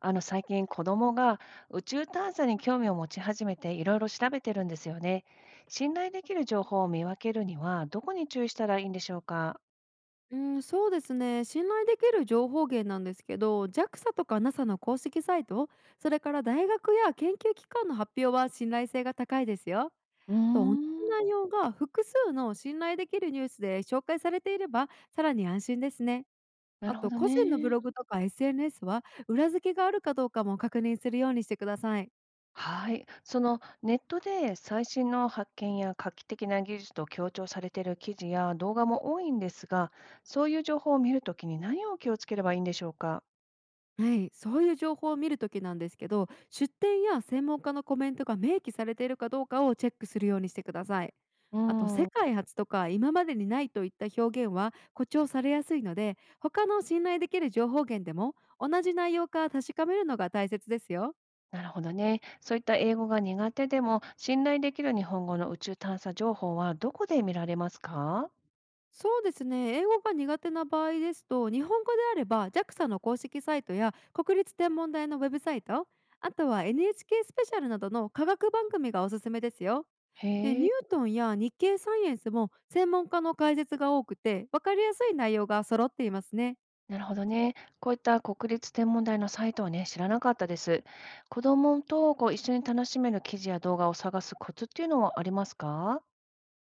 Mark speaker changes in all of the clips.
Speaker 1: 最近子供が宇宙探査に興味を持ち始めていろいろ調べてるんですよね。信頼できる情報を見分けるにはどこに注意したらいいんでしょうか？
Speaker 2: うん、そうですね。信頼できる情報源なんですけど、JAXA とか NASA の公式サイト、それから大学や研究機関の発表は信頼性が高いですよ。
Speaker 1: うー
Speaker 2: あと、同じ
Speaker 1: ん、
Speaker 2: 内容が複数の信頼できるニュースで紹介されていれば、さらに安心ですね。
Speaker 1: な
Speaker 2: あ
Speaker 1: るほ
Speaker 2: と、
Speaker 1: ど
Speaker 2: 個人のブ
Speaker 1: ね。
Speaker 2: ログとか SNS は裏付けがあるかどうかも確認するようにしてください。
Speaker 1: はい。そのネットで最新の発見や画期的な技術と強調されている記事や動画も多いんですが、そういう情報を見るときに何を気をつければいいんでしょうか？
Speaker 2: はい、そういう情報を見るときなんですけど、出店や専門家のコメントが明記されているかどうかをチェックするようにしてください。
Speaker 1: う
Speaker 2: あと、世
Speaker 1: ん。
Speaker 2: 界初とか今までにないといった表現は誇張されやすいので、他の信頼できる情報源でも同じ内容か確かめるのが大切ですよ。
Speaker 1: なるほどね。そういった英語が苦手でも、信頼できる日本語の宇宙探査情報はどこで見られますか？
Speaker 2: そうですね、英語が苦手な場合ですと日本語であれば JAXA の公式サイトや国立天文台のウェブサイト、あとは NHK スペシャルなどの科学番組がおすすめですよ。で
Speaker 1: へ
Speaker 2: ニ
Speaker 1: え。
Speaker 2: ュートンや日経サイエンスも専門家の解説が多くて分かりやすい内容が揃っていますね。
Speaker 1: なるほどね。こういった国立天文台のサイトはね、知らなかったです。子供とこう一緒に楽しめる記事や動画を探すコツっていうのはありますか？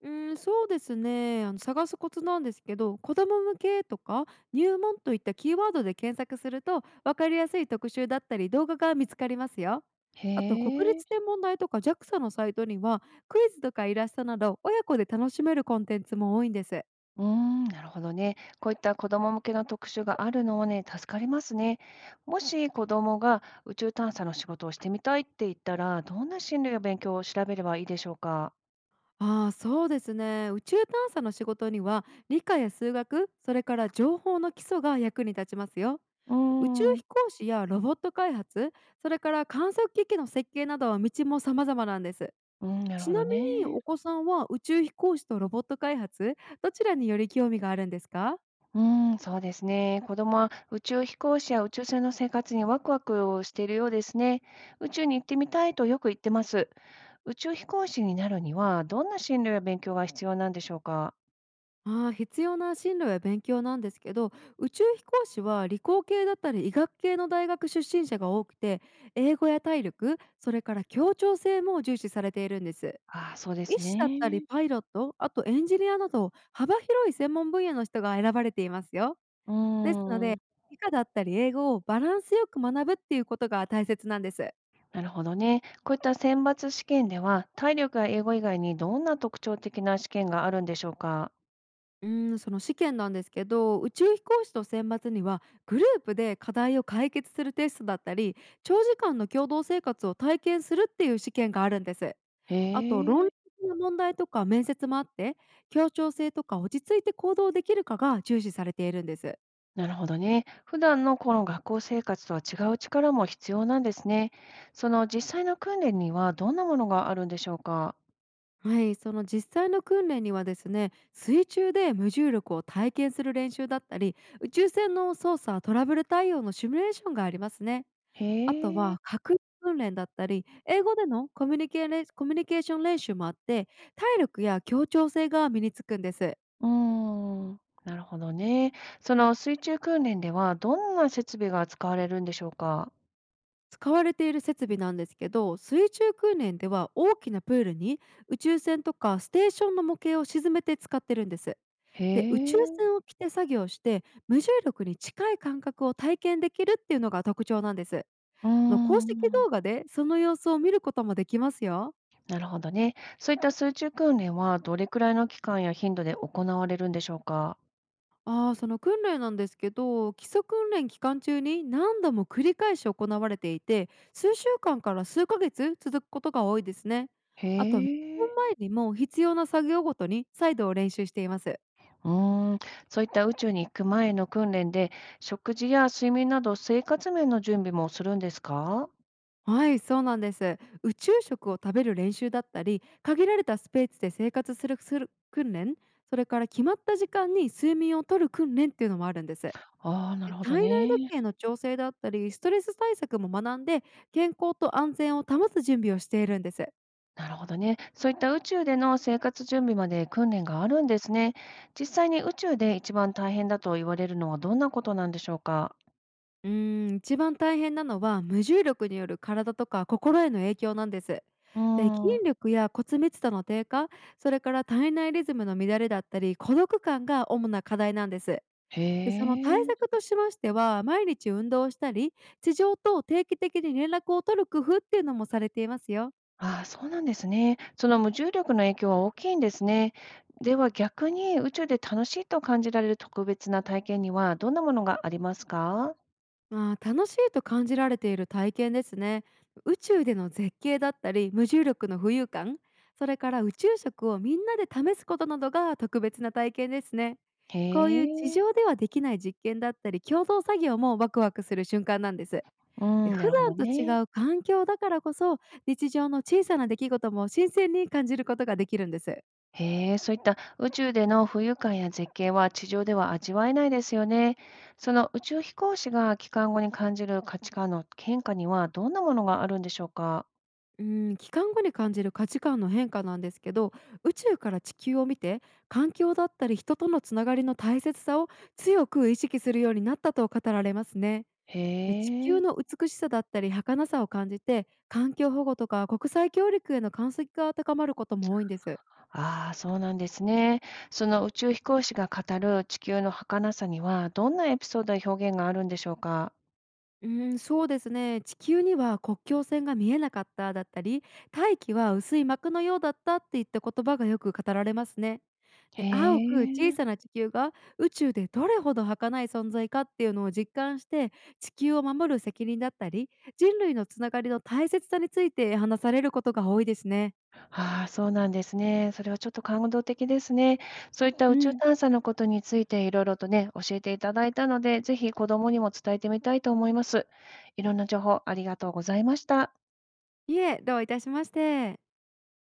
Speaker 2: そうですね探すコツなんですけど、子ども向けとか入門といったキーワードで検索すると分かりやすい特集だったり動画が見つかりますよ。
Speaker 1: へ
Speaker 2: あと、国
Speaker 1: え。
Speaker 2: 立天文台とか JAXA のサイトにはクイズとかイラストなど親子で楽しめるコンテンツも多いんです。
Speaker 1: うーん、なるほどね。こういった子ども向けの特集があるのはね、助かりますね。もし子供が宇宙探査の仕事をしてみたいって言ったら、どんな進路や勉強を調べればいいでしょうか？
Speaker 2: ああ、そうですね。宇宙探査の仕事には理科や数学、それから情報の基礎が役に立ちますよ。
Speaker 1: うー
Speaker 2: 宇宙
Speaker 1: ん、う
Speaker 2: 飛行士やロボット開発、それから観測機器の設計などは道も様々なんです。
Speaker 1: ーん、なる
Speaker 2: ち
Speaker 1: ほど
Speaker 2: なみに、
Speaker 1: ね。
Speaker 2: お子さんは宇宙飛行士とロボット開発どちらにより興味があるんですか？
Speaker 1: うーん、そうですね。子供は宇宙飛行士や宇宙船の生活にワクワクをしているようですね。宇宙に行ってみたいとよく言ってます。宇宙飛行士になるには、どんな進路や勉強が必要なんでしょうか。
Speaker 2: ああ、必要な進路や勉強なんですけど、宇宙飛行士は理工系だったり医学系の大学出身者が多くて、英語や体力、それから協調性も重視されているんです。
Speaker 1: ああ、そうで
Speaker 2: 医
Speaker 1: す
Speaker 2: 師だったり
Speaker 1: ね。
Speaker 2: パイロット、あとエンジニアなど幅広い専門分野の人が選ばれていますよ。
Speaker 1: う
Speaker 2: ですの
Speaker 1: ー
Speaker 2: で、
Speaker 1: ん、
Speaker 2: 理科だったり英語をバランスよく学ぶっていうことが大切なんです。
Speaker 1: なるほどね。こういった選抜試験では、体力や英語以外にどんな特徴的な試験があるんでしょうか。
Speaker 2: その試験なんですけど、宇宙飛行士と選抜にはグループで課題を解決するテストだったり、長時間の共同生活を体験するっていう試験があるんです。あと、
Speaker 1: へ
Speaker 2: 論理
Speaker 1: え。
Speaker 2: 的な問題とか面接もあって、協調性とか落ち着いて行動できるかが重視されているんです。
Speaker 1: なるほどね。普段のこの学校生活とは違う力も必要なんですね。その実際の訓練にはどんなものがあるんでしょうか？
Speaker 2: はい、その実際の訓練にはですね、水中で無重力を体験する練習だったり、宇宙船の操作、トラブル対応のシミュレーションがありますね。
Speaker 1: へ
Speaker 2: あと
Speaker 1: え。
Speaker 2: は、確認訓練だったり、英語でのコミュニケーション練習もあって、体力や協調性が身につくんです。
Speaker 1: うーん。なるほどね。その水中訓練ではどんな設備が使われるんでしょうか？
Speaker 2: 使われている設備なんですけど、水中訓練では大きなプールに宇宙船とかステーションの模型を沈めて使ってるんです。
Speaker 1: へ
Speaker 2: で、宇宙
Speaker 1: え。
Speaker 2: 船を着て作業して、無重力に近い感覚を体験できるっていうのが特徴なんです。
Speaker 1: う
Speaker 2: あ
Speaker 1: ー
Speaker 2: の公式
Speaker 1: ん。
Speaker 2: 動画でその様子を見ることもできますよ。
Speaker 1: なるほどね。そういった水中訓練はどれくらいの期間や頻度で行われるんでしょうか？
Speaker 2: ああ、その訓練なんですけど、基礎訓練期間中に何度も繰り返し行われていて、数週間から数ヶ月続くことが多いですね。
Speaker 1: へ
Speaker 2: あと、本
Speaker 1: え。
Speaker 2: 前にも必要な作業ごとに再度練習しています。
Speaker 1: うーん、そういった宇宙に行く前の訓練で、食事や睡眠など生活面の準備もするんですか？
Speaker 2: はい、そうなんです。宇宙食を食べる練習だったり、限られたスペースで生活する訓練、それから決まった時間に睡眠をとる訓練っていうのもあるんです。
Speaker 1: ああ、な
Speaker 2: で、
Speaker 1: るほど
Speaker 2: 体内時
Speaker 1: ね。
Speaker 2: 計の調整だったり、ストレス対策も学んで、健康と安全を保つ準備をしているんです。
Speaker 1: なるほどね。そういった宇宙での生活準備まで訓練があるんですね。実際に宇宙で一番大変だと言われるのはどんなことなんでしょうか？
Speaker 2: 一番大変なのは無重力による体とか心への影響なんです。
Speaker 1: うー
Speaker 2: で、筋
Speaker 1: ん、
Speaker 2: 力や骨密度の低下、それから体内リズムの乱れだったり、孤独感が主な課題なんです。
Speaker 1: へ
Speaker 2: で、その対
Speaker 1: え。
Speaker 2: 策としましては、毎日運動をしたり、地上と定期的に連絡を取る工夫っていうのもされていますよ。
Speaker 1: ああ、そうなんですね。その無重力の影響は大きいんですね。では逆に宇宙で楽しいと感じられる特別な体験にはどんなものがありますか？
Speaker 2: まあ、楽しいと感じられている体験ですね。宇宙での絶景だったり無重力の浮遊感、それから宇宙食をみんなで試すことなどが特別な体験ですね。
Speaker 1: へ
Speaker 2: こういう地
Speaker 1: え、
Speaker 2: 上ではできない実験だったり共同作業もワクワクする瞬間なんです。
Speaker 1: う
Speaker 2: で、
Speaker 1: ん、な
Speaker 2: 普
Speaker 1: るほど
Speaker 2: 段と違
Speaker 1: ね。
Speaker 2: う環境だからこそ日常の小さな出来事も新鮮に感じることができるんです。
Speaker 1: へえ、そういった宇宙での浮遊感や絶景は地上では味わえないですよね。その宇宙飛行士が帰還後に感じる価値観の変化にはどんなものがあるんでしょうか？
Speaker 2: う間ん、帰還後に感じる価値観の変化なんですけど、宇宙から地球を見て、環境だったり人とのつながりの大切さを強く意識するようになったと語られますね。
Speaker 1: へ
Speaker 2: で、地球
Speaker 1: え、
Speaker 2: の美しさだったり儚さを感じて、環境保護とか国際協力への関心が高まることも多いんです。
Speaker 1: ああ、そうなんですね。その宇宙飛行士が語る地球の儚さにはどんなエピソードや表現があるんでしょうか？
Speaker 2: そうですね。地球には国境線が見えなかっただったり、大気は薄い膜のようだったっていった言葉がよく語られますね。
Speaker 1: へ
Speaker 2: で、青く小
Speaker 1: え。
Speaker 2: さな地球が宇宙でどれほど儚い存在かっていうのを実感して、地球を守る責任だったり、人類のつながりの大切さについて話されることが多いですね。
Speaker 1: ああ、そうなんですね。それはちょっと感動的ですね。そういった
Speaker 2: う
Speaker 1: 宇宙
Speaker 2: ん。
Speaker 1: 探査のことについていろいろとね、教えていただいたので、ぜひ子供にも伝えてみたいと思います。いろんな情報ありがとうございました。
Speaker 2: いえ、どういたしまして。